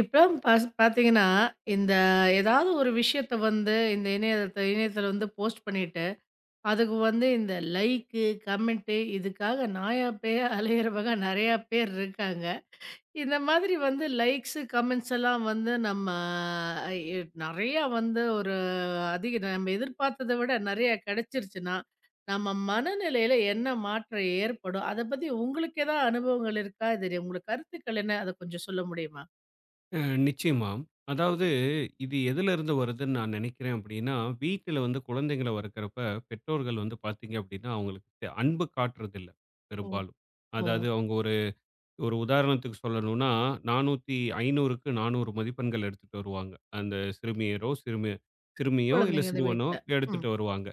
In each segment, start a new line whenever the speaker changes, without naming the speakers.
இப்போ பாஸ் பார்த்தீங்கன்னா, இந்த ஏதாவது ஒரு விஷயத்த வந்து இந்த இணையத்தில வந்து போஸ்ட் பண்ணிட்டு, அதுக்கு வந்து இந்த லைக்கு, கமெண்ட்டு இதுக்காக நாயா பேயா அலையிறவங்க நெறையா பேர் இருக்காங்க. இந்த மாதிரி வந்து லைக்ஸு, கமெண்ட்ஸ் எல்லாம் வந்து நம்ம எ நெறையா வந்து ஒரு அதிக நம்ம எதிர்பார்த்தத விட நெறையா கிடைச்சிருச்சுன்னா, நம்ம மனநிலையில என்ன மாற்றம் ஏற்படும்? அத பத்தி உங்களுக்கு ஏதாவது அனுபவங்கள் இருக்கா? இது உங்களுக்கு கருத்துக்கள் என்ன? அத கொஞ்சம் சொல்ல முடியுமா?
அ நிச்சயமா. அதாவது இது எதிலருந்து வருதுன்னு நான் நினைக்கிறேன் அப்படின்னா, வீட்டில வந்து குழந்தைங்கள வளர்க்கிறப்ப, பெற்றோர்கள் வந்து பார்த்தீங்க அப்படின்னா, அவங்களுக்கு அன்பு காட்டுறதில்ல
ஓ!
பெரும்பாலும்.
ஓ!
அதாவது அவங்க ஒரு ஒரு உதாரணத்துக்கு சொல்லணும்னா, 400, 500க்கு 400 மதிப்பெண்கள் எடுத்துட்டு வருவாங்க. அந்த சிறுமியரோ, சிறுமியோ இல்ல
குழந்தைங்க இந்த
சிறுவனோ
வீட்ல. ம்.
எடுத்துட்டு வருவாங்க.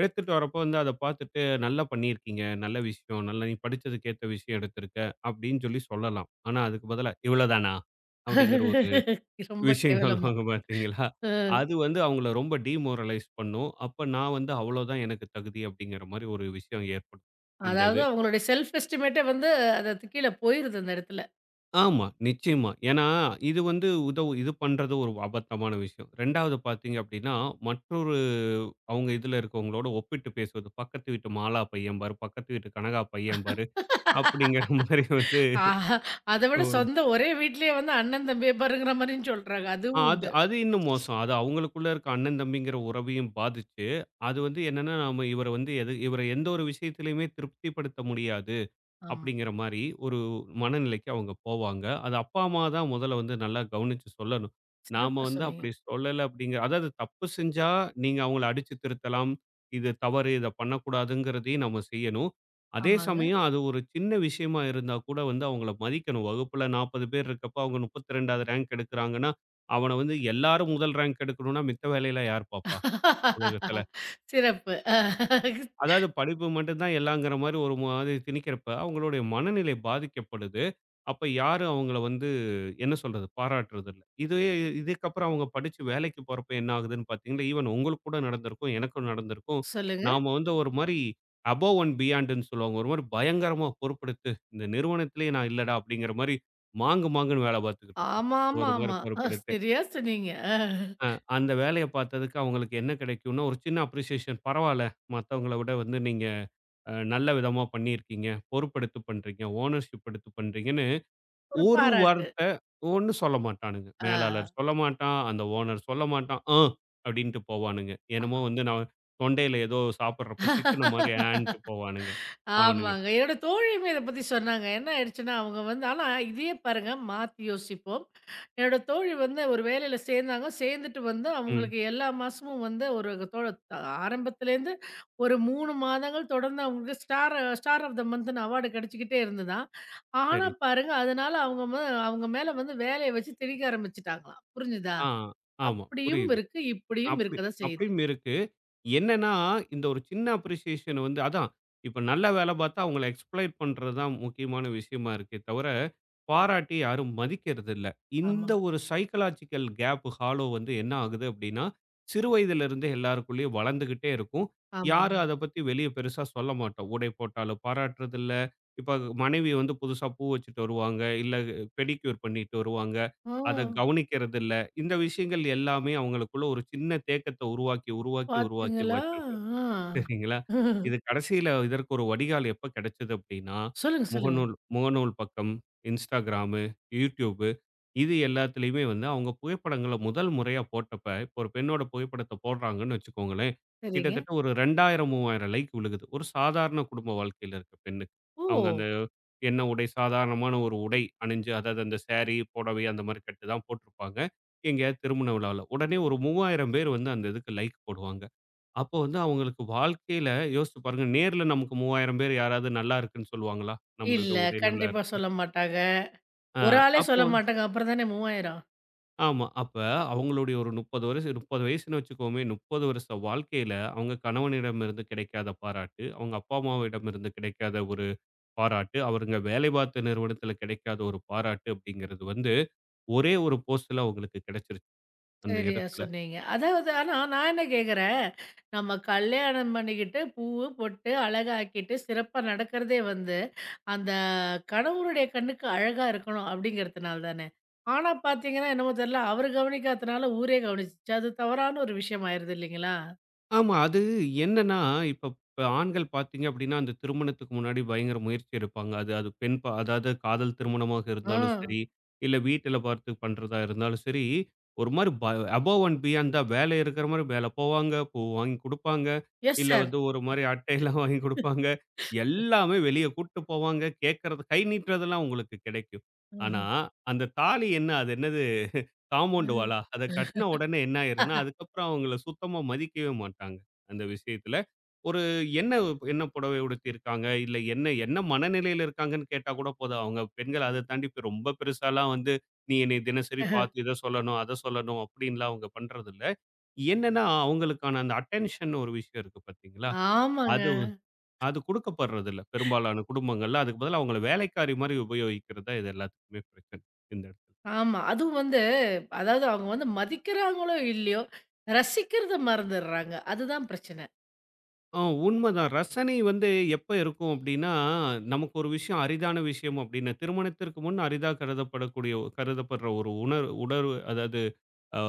எடுத்துட்டு வரப்போ வந்து அத பார்த்துட்டு, "நல்லா பண்ணியிருக்கீங்க. நல்ல விஷயம். நல்லா நீ படிச்சதுக்கு ஏத்த விஷயம் எடுத்திருக்க." அப்படின்னு சொல்லி சொல்லலாம். ஆனா அதுக்கு பதிலா, "இவ்வளோதானா?" அப்படிங்கிற ஒரு
ரொம்ப
விஷயம்
கேவலமா.
சொல்லுவாங்க பார்த்தீங்களா?
அ
அது வந்து அவங்கள ரொம்ப டிமோரலைஸ் பண்ணும். அப்ப நான் வந்து அவ்வளோதான் எனக்கு தகுதி அப்படிங்கிற மாரி ஒரு விஷயம் ஏற்படும். இந்த
அதாவது
இது.
அவங்களுடைய செல்ஃப் எஸ்டிமேட்டே வந்து அதது கீழ போயிருது அந்த இடத்துல.
ஆமா, நிச்சயமா. ஏன்னா இது வந்து இது பண்றது ஒரு அபத்தமான விஷயம். 2வது பார்த்தீங்க அப்படின்னா, மற்றொரு அவங்க இதுல இருக்கவங்களோட ஒப்பிட்டு பேசுவது. பக்கத்து வீட்டு மாலா பையன் பாரு, பக்கத்து வீட்டு கனகா பையன் பாரு அப்படிங்கிற மாரி வந்து
ஆஹா! அத விட சொந்த ஒரே வீட்லயே வந்து அண்ணன் தம்பிய பாருங்கிற மாரியும் சொல்றாங்க. அதுவும்
அது
உண்டு.
அது இன்னும் மோசம். அது அவங்களுக்குள்ள இருக்க அண்ணன், தம்பிங்கிற உறவையும் பாதிச்சு, அது வந்து என்னன்னா, நாம இவர வந்து எது இவர எந்த ஒரு விஷயத்திலயுமே திருப்திப்படுத்த முடியாது.
ஆமா.
அப்படிங்கிற மாரி ஒரு மனநிலைக்கு அவங்க போவாங்க. அது அப்பா, அம்மா தான் முதல்ல வந்து நல்லா கவனிச்சு சொல்லணும். நாம
சிறப்பா
வந்து
சொன்னீங்க.
அப்படி சொல்லல அப்படிங்கிற அதாவது தப்பு செஞ்சா நீங்க அவங்கள அடிச்சு திருத்தலாம். இது தவறு, இத பண்ணக்கூடாதுங்கிறதையும் நம்ம செய்யணும். அதே
ஆமாங்க.
சமயம் அது ஒரு சின்ன விஷயமா இருந்தா கூட வந்து அவங்கள மதிக்கணும். வகுப்புல 40 பேர் இருக்கப்ப அவங்க 32வது ரேங்க் எடுக்குறாங்கன்னா, அவன வந்து எல்லாரும் முதல் ரேங்க் எடுக்கணும்னா மித்த வேலையெல்லாம் யார் பார்ப்பா? உலகத்துல.
சிறப்பு.
அதாவது படிப்பு மட்டும் தான் எல்லாங்கிற மாரி ஒரு மாதிரி திணிக்கிறப்ப, அவங்களுடைய மனநிலை பாதிக்கப்படுது. அப்ப யாரும் அவங்கள வந்து என்ன சொல்றது? பாராட்டுறது இல்ல. இதுவே இதுக்கப்புறம் அவங்க படிச்சு வேலைக்கு போறப்ப என்ன ஆகுதுன்னு பார்த்தீங்கன்னா, ஈவன் உங்களுக்கு கூட நடந்திருக்கும், எனக்கும் நடந்திருக்கும்.
சொல்லுங்க.
நாம வந்து ஒரு மாரி அபோவ் அண்ட் பியாண்டுன்னு சொல்லுவாங்க. ஒரு மாரி பயங்கரமா பொறுப்பெடுத்து, இந்த நிறுவனத்திலேயே நான் இல்லடா! அப்படிங்கிற மாரி மாங்கு மாங்குன்னு வேல பார்த்துக்கிட்டு இருப்போம்.
ஆமா, ஆமா,
ஒரு மாரி
ஆமா.
பொறுப்பெடுத்து.
சரியா சொன்னீங்க.
அ அந்த வேலைய பார்த்ததுக்கு அவங்களுக்கு என்ன கிடைக்கும்னா, ஒரு சின்ன அப்ரிசியேஷன். பரவால்ல, மத்தவங்கள விட வந்து நீங்க நல்ல விதமா பண்ணியிருக்கீங்க, பொறுப்பெடுத்து பண்றீங்க, ஓனர்ஷிப் எடுத்து பண்றீங்கன்னு
ஒரு
ஒரு
பாராட்டு.
வார்த்தை ஒண்ணும் சொல்ல மாட்டானுங்க.
ஆ.
மேலாளர் சொல்ல மாட்டான், அந்த ஓனர் சொல்ல மாட்டான். அப்படின்ட்டு போவானுங்க. என்னமோ வந்து நான் தொண்டையில ஏதோ சாப்பிடுறப்ப சிக்குன மாரி ஆன்ட்டு போவானுங்க, அவனுங்க.
ஆமாங்க. என்னோட தோழியுமே இத பத்தி சொன்னாங்க. என்ன ஆயிடுச்சுன்னா, அவங்க வந்து ஆனா இதையே பாருங்க மாத்தி யோசிப்போம். என்னோட தோழி வந்து ஒரு வேலையில சேர்ந்தாங்க. சேர்ந்துட்டு வந்து
ம்.
அவங்களுக்கு எல்லா மாசமும் வந்து ஒரு தோழ ஆரம்பத்துலேருந்து ஒரு 3 மாதங்கள் தொடர்ந்து அவங்களுக்கு ஸ்டார் ஸ்டார் ஆஃப் த மந்த்ன்னு அவார்டு கிடைச்சுக்கிட்டே இருந்ததாம். ஆனா
சரி.
பாருங்க, அதனால அவங்க மேல வந்து வேலைய வச்சு திணிக்க ஆரம்பிச்சுட்டாங்களாம். புரிஞ்சுதா?
ஆ ஆமா
அப்படியும்
புரியுது.
இருக்கு, இப்படியும்
அப்படி
இருக்க தான் செய்யுது.
அப்படியும் இருக்கு. என்னன்னா, இந்த ஒரு சின்ன அப்ரிசியேஷன் வந்து அதான். இப்ப நல்ல வேல பார்த்தா அவங்கள எக்ஸ்ப்ளோய்ட் பண்றது தான் முக்கியமான விஷயமா இருக்கே தவிர, பாராட்டி யாரும் மதிக்கிறதில்ல.
ஆமா,
இந்த ஒரு சைக்காலஜிக்கல் கேப் ஹாலோ வந்து என்ன ஆகுது அப்டின்னா, சிறு வயதிலிருந்தே எல்லாருக்குள்ளயும் வளர்ந்துகிட்டே இருக்கும்.
ஆமாங்க.
யாரும் அத பத்தி வெளிய பெருசா சொல்ல மாட்டோம். உடை போட்டாலும் பாராட்டுறதில்ல. இப்ப மனைவி வந்து புதுசா பூ வச்சுட்டு வருவாங்க. இல்ல பெடிக்யூர் பண்ணிட்டு வருவாங்க.
ஓ!
அத கவனிக்கிறதில்ல. இந்த விஷயங்கள் எல்லாமே அவங்களுக்குள்ள ஒரு சின்ன தேக்கத்த உருவாக்கி, உருவாக்கி, உருவாக்கி
பார்த்தீங்களா?
வச்சிருக்கும். சரிங்களா?
ஆ.
இது கடைசியில இதற்கு ஒரு வடிகால் எப்ப கிடைச்சது அப்படின்னா,
சொல்லுங்க, சொல்லுங்க.
முகநூல் முகநூல் பக்கம், Instagram, YouTube இது எல்லாத்துலயுமே வந்து அவங்க புகைப்படங்கள முதல் முறையா போட்டப்ப, இப்போ ஒரு பெண்ணோட புகைப்படத்த போடுறாங்கன்னு வச்சுக்கோங்களேன்,
சரிங்க.
கிட்டத்தட்ட ஒரு 2000, 3000 லைக் விழுகுது. ஒரு சாதாரண குடும்ப வாழ்க்கையில இருக்க பெண்ணுக்கு.
ஓ!
அவங்க அந்த உடை சாதாரணமான ஒரு உடை அணிஞ்சு, அதாவது அந்த சாரி, புடவை அந்த மாரி கட்டு தான் போட்டிருப்பாங்க. எங்கேயாவது திருமண விழால. உடனே ஒரு 3000 பேர் வந்து அந்த இதுக்கு லைக் போடுவாங்க. அப்போ வந்து அவங்களுக்கு வாழ்க்கையில யோசிச்சு பாருங்க, நேர்ல நமக்கு 3000 பேர் யாராவது நல்லா இருக்குன்னு சொல்லுவாங்களா?
இல்ல.
நம்மளுடைய உடை நல்லா
கண்டிப்பா
இருக்குன்னு.
சொல்ல மாட்டாங்க.
அ
ஒரு ஆளே
அப்போ
சொல்ல மாட்டாங்க. அப்புறம் தானே 3000.
ஆமா. அப்ப அவங்களுடைய ஒரு 30 வயசுன்னு வச்சுக்கோமே, 30 வருஷ வாழ்க்கையில அவங்க கணவனிடமிருந்து கிடைக்காத பாராட்டு, அவங்க அப்பா அம்மாவிடமிருந்து கிடைக்காத ஒரு பாராட்டு, அவருங்க வேலை பார்த்த நிறுவனத்தில கிடைக்காத ஒரு பாராட்டு அப்படிங்கிறது வந்து, ஒரே ஒரு போஸ்ட்ல அவங்களுக்கு கிடைச்சிருச்சு அந்த
சரியா
இடத்துல.
சொன்னீங்க. அதாவது ஆனா நான் என்ன கேட்கிறேன், நம்ம கல்யாணம் பண்ணிக்கிட்டு, பூவு, பொட்டு அழகாக்கிட்டு சிறப்பா நடக்கிறதே வந்து, அந்த கணவருடைய கண்ணுக்கு அழகா இருக்கணும் அப்படிங்கிறதுனால தானே. ஆனா பார்த்தீங்கன்னா, என்னமோ தெரியல அவரு கவனிக்காதனால ஊரே கவனிச்சுச்சு. அது தவறான ஒரு விஷயம் ஆயிருது இல்லைங்களா?
ஆமா. அது என்னன்னா, இப்ப இப்ப ஆண்கள் பார்த்தீங்க அப்டின்னா, அந்த திருமணத்துக்கு முன்னாடி பயங்கர முயற்சி எடுப்பாங்க. அது அது பெண் பா அதாவது காதல் திருமணமாக
ஆ.
இருந்தாலும் சரி, இல்ல வீட்டில பார்த்து பண்றதா இருந்தாலும் சரி, ஒரு மாரி ப அபோவ் அண்ட் பியாண்ட் தான். வேலை இருக்கிற மாரி வேல போவாங்க, பூ வாங்கி குடுப்பாங்க,
எஸ்
இல்ல
சார்.
வந்து ஒரு மாரி அட்டையெல்லாம் வாங்கி குடுப்பாங்க. எல்லாமே வெளிய கூட்டு போவாங்க. கேட்கறது கை நீட்டுறதெல்லாம் உங்களுக்கு கிடைக்கும். ஆனா,
ம்ஹ்ம்.
அந்த தாலி என்ன? அது என்னது? காம்பவுண்ட் வாலா. அத கட்டின உடனே என்ன ஆயிரும்னா, அதுக்கப்புறம் அவங்கள சுத்தமா மதிக்கவே மாட்டாங்க. அந்த விஷயத்துல. ஒரு என்ன என்ன புடவை உடுத்தியிருக்காங்க, இல்ல என்ன என்ன மனநிலையில இருக்காங்கன்னு கேட்டா கூட போதும். அவங்க பெண்கள் அத தாண்டி இப்ப ரொம்ப பெருசாலாம் வந்து, "நீ என்னைய தினசரி
ம்.
பார்த்து இத சொல்லணும், அத சொல்லணும்" அப்படின்லாம் அவங்க பண்றதில்ல. என்னன்னா, அவங்களுக்கான அந்த அட்டென்ஷன் ஒரு விஷயம் இருக்கு பார்த்தீங்களா?
ஆமாங்க.
அது வந்து- அது குடுக்கப்படுறதில்ல. பெரும்பாலான குடும்பங்கள்ல. அதுக்கு பதிலா அவங்கள வேலைக்காரி மாரி உபயோகிக்கிறது தான் இது எல்லாத்துக்குமே பிரச்சனை. இந்த இடத்துல.
ஆமா. அதுவும் வந்து அதாவது அவங்க வந்து மதிக்கிறாங்களோ! இல்லையோ! ரசிக்கிறத மறந்துர்றாங்க. அதுதான் பிரச்சனை.
ஆ உண்மதான். ரசனை வந்து எப்ப இருக்கும் அப்டின்னா, நமக்கு ஒரு விஷயம் அரிதான விஷயம் அப்டின்னா, திருமணத்திற்கு முன் அரிதா கருதப்படக்கூடிய கருதப்படுற ஒரு உணர்வு அதாவது அ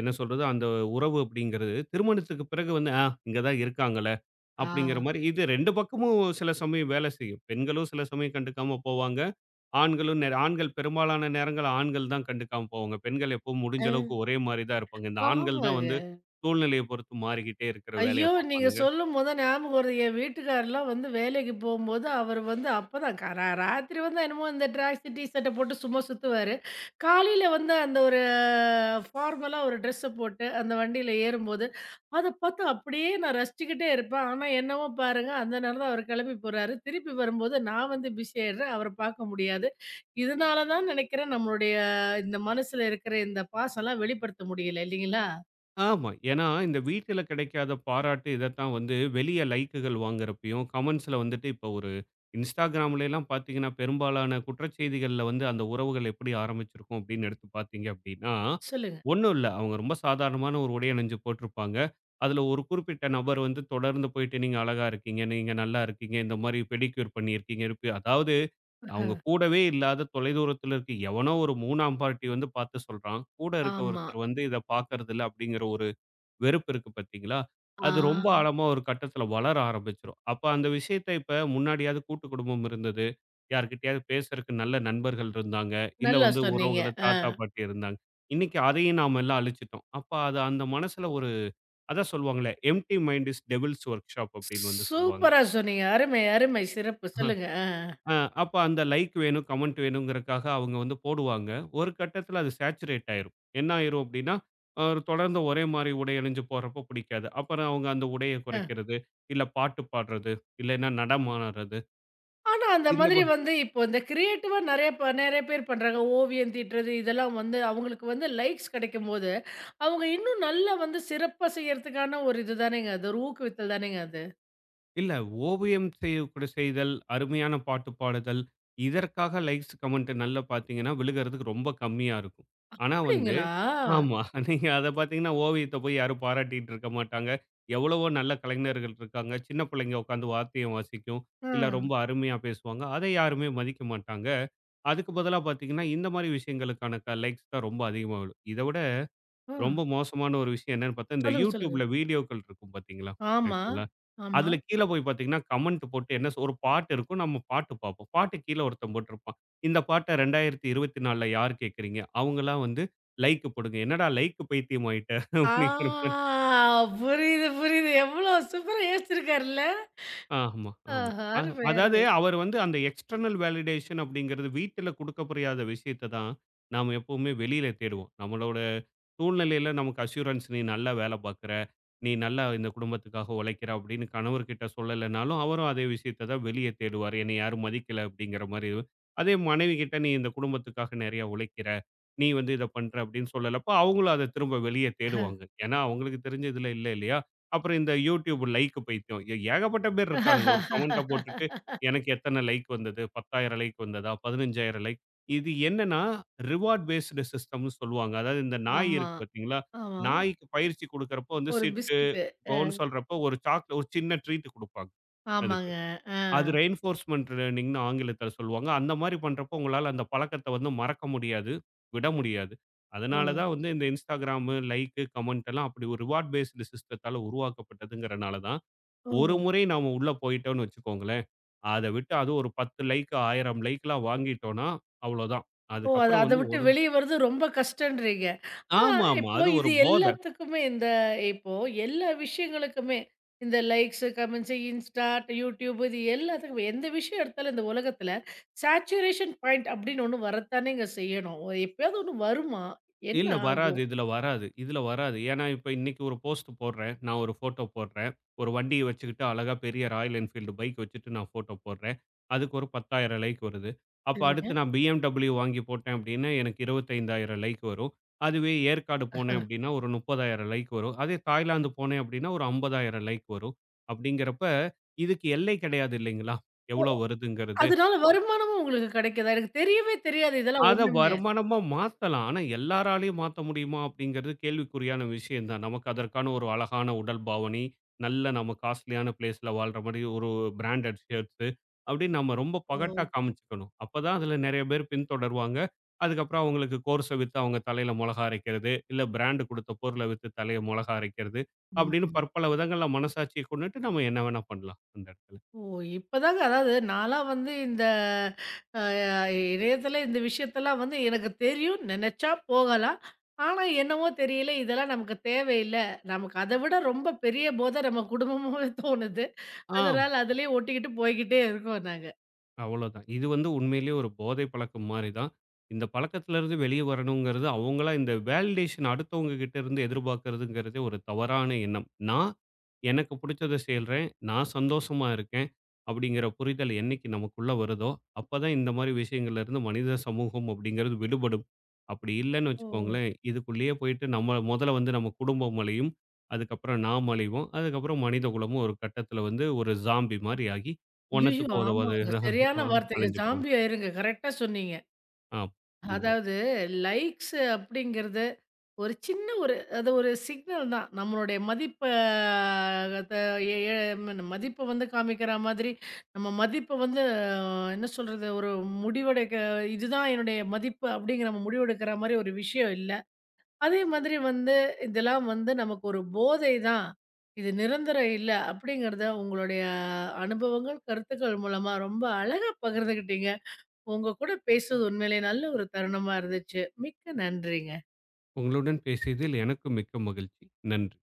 என்ன சொல்றது? அந்த உறவு அப்டிங்கிறது, திருமணத்துக்கு பிறகு வந்து "ஆ இங்க தான் இருக்காங்களே"
ஆ.
அப்டிங்கிற மாரி இது 2 பக்கமும் சில சமயம் வேல செய்யும். பெண்களும் சில சமயம் கண்டுக்காம போவாங்க. ஆண்களும் நெ ஆண்கள் பெரும்பாலான நேரங்கள்ல ஆண்கள் தான் கண்டுக்காம போவாங்க. பெண்கள் எப்பவும்
அ.
முடிஞ்ச அளவுக்கு ஒரே மாரி தான் இருப்பாங்க. இந்த
ஆ.
ஆண்கள்
ஆமா.
தான் வந்து சூழ்நிலைய பொறுத்து மாறிக்கிட்டே இருக்கிற வேலைய
ஐயோ! நீங்க
பார்ப்பானுங்க.
சொல்லும்போது தான் ஞாபகம் வருது. என் வீட்டுக்காரர்லாம் வந்து வேலைக்கு போம்போது, அவரு வந்து அப்பதான் க ரா ராத்திரி வந்து என்னமோ இந்த ட்ராக்ஸு, டீ ஷர்ட்ட போட்டு சும்மா சுத்துவாரு. காலையில வந்து அந்த ஒரு ஃபார்மலா ஒரு ட்ரெஸ்ஸ போட்டு, அந்த வண்டியில ஏறும்போது, அத பார்த்து அப்படியே நான் ரசிச்சுக்கிட்டே இருப்பேன். ஆனா என்னவோ பாருங்க, அந்த நேரம் தான் அவரு கெளம்பி போறாரு. திருப்பி வரும்போது நான் வந்து பிஸி ஆயிடுறேன். அவர பார்க்க முடியாது. இதனால தான் நெனைக்கிறேன், நம்மளுடைய இந்த மனசுல இருக்கிற இந்த பாசம்லாம் வெளிப்படுத்த முடியல இல்லைங்களா?
ஆமா. ஏன்னா, இந்த வீட்டில கிடைக்காத பாராட்டு இதத்தான் வந்து வெளிய லைக்குகள் வாங்குறப்பயும், கமெண்ட்ஸ்ல வந்துட்டு இப்ப ஒரு இன்ஸ்டாகிராம்லலாம் பார்த்தீங்கன்னா, பெரும்பாலான குற்றச்செய்திகள்ல வந்து அந்த உறவுகள் எப்படி ஆரம்பிச்சிருக்கும் அப்படின்னு எடுத்து பார்த்தீங்க அப்படின்னா,
சொல்லுங்க.
ஒண்ணும் இல்ல. அவங்க ரொம்ப சாதாரணமான ஒரு உடை அணிஞ்சு போட்டிருப்பாங்க. அதுல ஒரு குறிப்பிட்ட நபர் வந்து தொடர்ந்து போயிட்டு, "நீங்க அழகா இருக்கீங்க. நீங்க நல்லா இருக்கீங்க. இந்த மாரி பெடிக்யூர் பண்ணியிருக்கீங்க." இருக்கு அதாவது அவங்க கூடவே இல்லாத தொலைதூரத்தில இருக்க எவனோ ஒரு 3ஆம் பார்ட்டி வந்து பார்த்து சொல்றான். கூட இருக்க
ஆமா.
ஒருத்தர் வந்து இத பார்க்கறதில்ல அப்படிங்கிற ஒரு வெறுப்பு இருக்கு பார்த்தீங்களா?
ஆ.
அது ரொம்ப ஆழமா ஒரு கட்டத்தில வளர ஆரம்பிச்சுரும். அப்ப அந்த விஷயத்த இப்ப முன்னாடியாவது கூட்டு குடும்பம் இருந்தது. யார்கிட்டயாவது பேசுறக்கு நல்ல நண்பர்கள் இருந்தாங்க. இல்ல
நல்லா
வந்து
சொன்னீங்க.
உறவுகள
ஆ.
தாத்தா, பாட்டி இருந்தாங்க. இன்னைக்கு அதையும் நாம எல்லாம் அழிச்சுட்டோம். அப்ப அது அந்த மனசுல ஒரு அதான் சொல்லுவாங்களே, empty mind is devil's workshop அப்படின்னு வந்து சொல்லுவாங்க.
சூப்பரா சொன்னீங்க. அருமை, அருமை. சிறப்பு. சொல்லுங்க. அ,
அ அப்ப அந்த லைக் வேணும், கமெண்ட் வேணும்ங்கறக்காக அவங்க வந்து போடுவாங்க. ஒரு கட்டத்துல அது சேச்சுரேட் ஆயிரும். என்ன ஆயிரும் அப்டின்னா, அ தொடர்ந்து ஒரே மாரி உடை அணிஞ்சு போறப்போ பிடிக்காது. அப்புறம் அவங்க அந்த உடைய
அ.
குறைக்கிறது, இல்ல பாட்டு பாடுறது, இல்லைன்னா நடமாடுறது.
ஆனா, அந்த
இந்த
மாதிரி
மா
வந்து இப்போ இந்த கிரியேட்டிவா நெறைய பேர் பண்றாங்க. ஓவியம் தீட்டுறது இதெல்லாம் வந்து அவங்களுக்கு வந்து லைக்ஸ் கிடைக்கும்போது, அவங்க இன்னும் நல்லா வந்து சிறப்பா செய்யறதுக்கான ஒரு இது தானேங்க அது. ஒரு ஊக்குவித்தல் தானேங்க அது.
இல்ல ஓவியம் செய்யக்கூட செய்தல், அருமையான பாட்டு பாடுதல், இதற்காக லைக்ஸ், கமெண்ட் நல்லா பாத்தீங்கன்னா விழுகறதுக்கு ரொம்ப கம்மியா இருக்கும். ஆனா, வந்து
அப்படிங்களா?
ஆமா. நீங்க அத பார்த்தீங்கன்னா, ஓவியத்த போய் யாரும் பாராட்டிட்டு இருக்க மாட்டாங்க. எவ்வளவோ நல்ல கலைஞர்கள் இருக்காங்க. சின்ன பிள்ளைங்க உட்காந்து வாத்தியம் வாசிக்கும்.
ஆ,
இல்ல ரொம்ப அருமையா பேசுவாங்க. அதை யாருமே மதிக்க மாட்டாங்க. அதுக்கு பதிலா பார்த்தீங்கன்னா, இந்த மாரி விஷயங்களுக்கான லைக்ஸ் தான் ரொம்ப அதிகமா விழும். இத விட
ஆ.
ரொம்ப மோசமான ஒரு விஷயம் என்னன்னு பார்த்தா, இந்த
சொல்லுங்க, சொல்லுங்க.
YouTubeல வீடியோக்கள் இருக்கும் பார்த்தீங்களா?
ஆமா,
ஆக்சுவலா.
ஆமா.
அதில கீழ போய் பார்த்தீங்கன்னா, கமெண்ட் போட்டு ஒரு பாட்டு இருக்கும். நம்ம பாட்டு பார்ப்போம். பாட்டு கீழ ஒருத்தன் போட்டிருப்பான். இந்த பாட்ட 2024ல யார் கேட்கறீங்க? அவங்கலாம் வந்து லைக் போடுங்க. என்னடா லைக் பைத்தியம் ஆயிட்ட?
ஆ
அப்படிங்கிற மாரி.
புரியுது, புரியுது. எவ்வளோ சூப்பரா யோசிச்சிருக்காருல்ல.
ஆமா, ஆமா.
ஆஹா!
அ
அருமை,
அதாவது
அருமை.
அவர் வந்து அந்த எக்ஸ்டர்னல் வேலிடேஷன் அப்படிங்கிறது வீட்டில குடுக்க புரியாத விஷயத்த தான், நாம எப்பவுமே வெளியில தேடுவோம். நம்மளோட சூழ்நிலையில நமக்கு அஷ்யூரன்ஸ் நீ நல்லா வேலை பார்க்குற, நீ நல்லா இந்த குடும்பத்துக்காக உழைக்கிற அப்படின்னு கணவர்கிட்ட சொல்லலைனாலும், அவரும் அதே விஷயத்த தான் வெளிய தேடுவாரு. என்னை யாரும் மதிக்கல அப்படிங்கிற மாரி. அதே மனைவி கிட்ட நீ இந்த குடும்பத்துக்காக நிறைய உழைக்கிற, நீ வந்து இத பண்ற அப்படின்னு சொல்லலப்ப, அவங்களும் அத திரும்ப வெளிய தேடுவாங்க. ஏன்னா அவங்களுக்கு தெரிஞ்சதுல இல்ல இல்லையா? அப்புறம் இந்த யூடியூப் லைக் பைத்தியம். ஏகப்பட்ட பேர் இருக்கானுங்க. ஒரு கமெண்ட்ட போட்டுட்டு, எனக்கு எத்தன லைக் வந்தது? 10,000 லைக் வந்ததா? 15,000 லைக். இது என்னன்னா, ரிவார்ட் பேஸ்டு சிஸ்டம்னு சொல்லுவாங்க. அதாவது இந்த நாய்
ஆமா.
இருக்கு பார்த்தீங்களா?
ஆமா.
நாய்க்கு பயிற்சி குடுக்குறப்போ வந்து
ஒரு
சிட்டு,
பிஸ்கட்டு. அ
கோன்னு சொல்றப்போ ஒரு சின்ன ட்ரீட் குடுப்பாங்க அதுக்கு.
ஆமாங்க. ஆ.
அது ரெயின்ஃபோர்ஸ்மென்ட் லேர்னிங்னு ஆங்கிலத்தில சொல்லுவாங்க. அந்த மாரி பண்றப்போ உங்களால அந்த பழக்கத்த வந்து மறக்க முடியாது, விட முடியாது.
ஓ!
அதனால தான் வந்து இந்த Instagram, லைக்கு, கமெண்ட் எல்லாம் அப்படி ஒரு ரிவார்ட் பேஸ்டு சிஸ்டத்தால உருவாக்கப்பட்டதுங்கிறனால தான், ஒரு
ஓ!
முறை நாம உள்ள போயிட்டோம்னு வச்சுக்கோங்களேன், அத விட்டு அதுவும் ஒரு 10 லைக், 1000 லைக்லாம் வாங்கிட்டோம்னா, அவ்வளோதான்.
ஓ! அது
அதுக்கப்புறம்
அத
வந்து
விட்டு
ஒரு
வெளிய வர்றது ரொம்ப கஷ்டன்றீங்க. ஆ
ஆமாமா.
இப்போ
அது ஒரு
இது
போத.
எல்லாத்துக்குமே இந்த இப்போ எல்லா விஷயங்களுக்குமே இந்த லைக்ஸு, கமெண்ட்ஸு, Insta, YouTube இது எல்லாத்துக்குமே எந்த விஷயம் எடுத்தாலும் இந்த உலகத்துல சேச்சுரேஷன் பாயிண்ட் அப்படின்னு ஒண்ணு வரத்தானேங்க செய்யணும். எப்பயாவது ஒண்ணு வருமா? என்ன
இல்ல வராது.
ஆகும்?
இதுல வராது. ஏன்னா, இப்ப இன்னைக்கு ஒரு போஸ்ட் போடுறேன். நான் ஒரு ஃபோட்டோ போடுறேன். ஒரு வண்டிய வச்சுக்கிட்டு அழகா பெரிய ராயல் என்ஃபீல்டு பைக் வச்சுட்டு நான் ஃபோட்டோ போடுறேன். அதுக்கு ஒரு 10,000 லைக் வருது. அப்ப அடுத்து
சரிங்க.
நான் BMW வாங்கி போட்டேன் அப்டின்னா, எனக்கு 25,000 லைக் வரும். அதுவே ஏற்காடு போனேன் அப்டின்னா, ஒரு 30,000 லைக் வரும். அதே தாய்லாந்து போனேன் அப்டின்னா, ஒரு 50,000 லைக் வரும். அப்டிங்கிறப்ப, இதுக்கு எல்லை கிடையாது இல்லைங்களா? எவ்ளோ வருதுங்கிறது?
அதனால வருமானமும் உங்களுக்கு கிடைக்குதா? எனக்கு தெரியவே தெரியாது இதெல்லாம்
அத
ஒண்ணுமே.
வருமானமா மாத்தலாம். ஆனா எல்லாராலயும் மாத்த முடியுமா? அப்படிங்கிறது கேள்விக்குறியான விஷயம் தான். நமக்கு அதற்கான ஒரு அழகான உடல் பாவனை, நல்ல நம்ம காஸ்ட்லியான பிளேஸ்ல வாழ்ற மாரி ஒரு பிராண்டட் ஷர்ட்ஸ் அப்படின்னு நம்ம ரொம்ப
ஓ!
பகட்டா காமிச்சுக்கணும். அப்பதான் அதுல நெறைய பேர் பின்தொடருவாங்க. அதுக்கப்புறம் அவங்களுக்கு கோர்ஸ வித்து அவங்க தலையில மொளகா அரைக்கிறது, இல்ல பிராண்ட் குடுத்த பொருள வித்து தலைய மொளகா அரைக்கிறது அப்படின்னு
ம்.
பற்பல விதங்கள்ல மனசாட்சிய கொண்டுட்டு நம்ம என்ன வேணா பண்ணலாம் அந்த இடத்துல.
ஓ! இப்பதாங்க அதாவது நான்லாம் வந்து இந்த அ இணையத்தில இந்த விஷயத்தெல்லாம் வந்து எனக்கு தெரியும். நினைச்சா போகலாம். ஆனா என்னவோ தெரியல இதெல்லாம் நமக்கு தேவையில்ல. நமக்கு அத விட ரொம்ப பெரிய போதை நம்ம குடும்பமாவே தோணுது.
ஆ.
அதனால அதிலயே ஒட்டிக்கிட்டு போய்க்கிட்டே இருக்கோம் நாங்க.
அவ்வளோதான். இது வந்து உண்மையிலேயே ஒரு போதை பழக்கம் மாரி தான். இந்த பழக்கத்திலருந்து வெளிய வரணுங்கிறது, அவங்களா இந்த வேலிடேஷன் அடுத்தவங்க கிட்ட இருந்து எதிர்பார்க்கிறதுங்கிறதே ஒரு தவறான எண்ணம். நான் எனக்கு புடிச்சத செய்றேன். நான் சந்தோஷமா இருக்கேன். அப்படிங்கிற புரிதல் என்னைக்கு நமக்குள்ள வருதோ, அப்பதான் இந்த மாரி விஷயங்கள்லேருந்து மனித சமூகம் அப்படிங்கிறது விடுபடும். அப்படி இல்லன்னு
ஓ!
வச்சுக்கோங்களேன், இதுக்குள்ளேயே போயிட்டு நம்ம முதல்ல வந்து நம்ம குடும்பம் அழியும். அதுக்கப்புறம் நாம் அழிவோம். அதுக்கப்புறம் மனித குலமும் ஒரு கட்டத்தில வந்து ஒரு ஸாம்பி மாரி ஆகி
ஐயய்யோ!
ஒன்னத்துக்கு உதவாத
ஆமாங்க. சரியான
ஆ
வார்த்தைங்க.
அலைஞ்சு போங்க.
ஜாம்பி ஆயிருங்க. கரெக்ட்டா சொன்னீங்க.
ஆ. ம்.
அதாவது லைக்ஸ் அப்படிங்கிறது ஒரு சின்ன ஒரு அது ஒரு சிக்னல் தான். நம்மளுடைய மதிப்ப அத எ எ மதிப்ப வந்து காமிக்கிற மாதிரி, நம்ம மதிப்ப வந்து என்ன சொல்றது? ஒரு முடிவெடுக்க இதுதான் என்னுடைய மதிப்பு அப்படிங்கிற நம்ம முடிவெடுக்கிற மாரி ஒரு விஷயம் இல்ல. அதே மாதிரி வந்து இதெல்லாம் வந்து நமக்கு ஒரு போதை தான். இது நிரந்தரம் இல்ல அப்படிங்கிறத உங்களுடைய அனுபவங்கள், கருத்துக்கள் மூலமா ரொம்ப அழகா பகிர்ந்துகிட்டீங்க. உங்க கூட பேசுவது உண்மையிலேயே நல்ல ஒரு தருணமா இருந்துச்சு. மிக்க நன்றிங்க.
உங்களுடன் பேசியதில் எனக்கும் மிக்க மகிழ்ச்சி. நன்றி.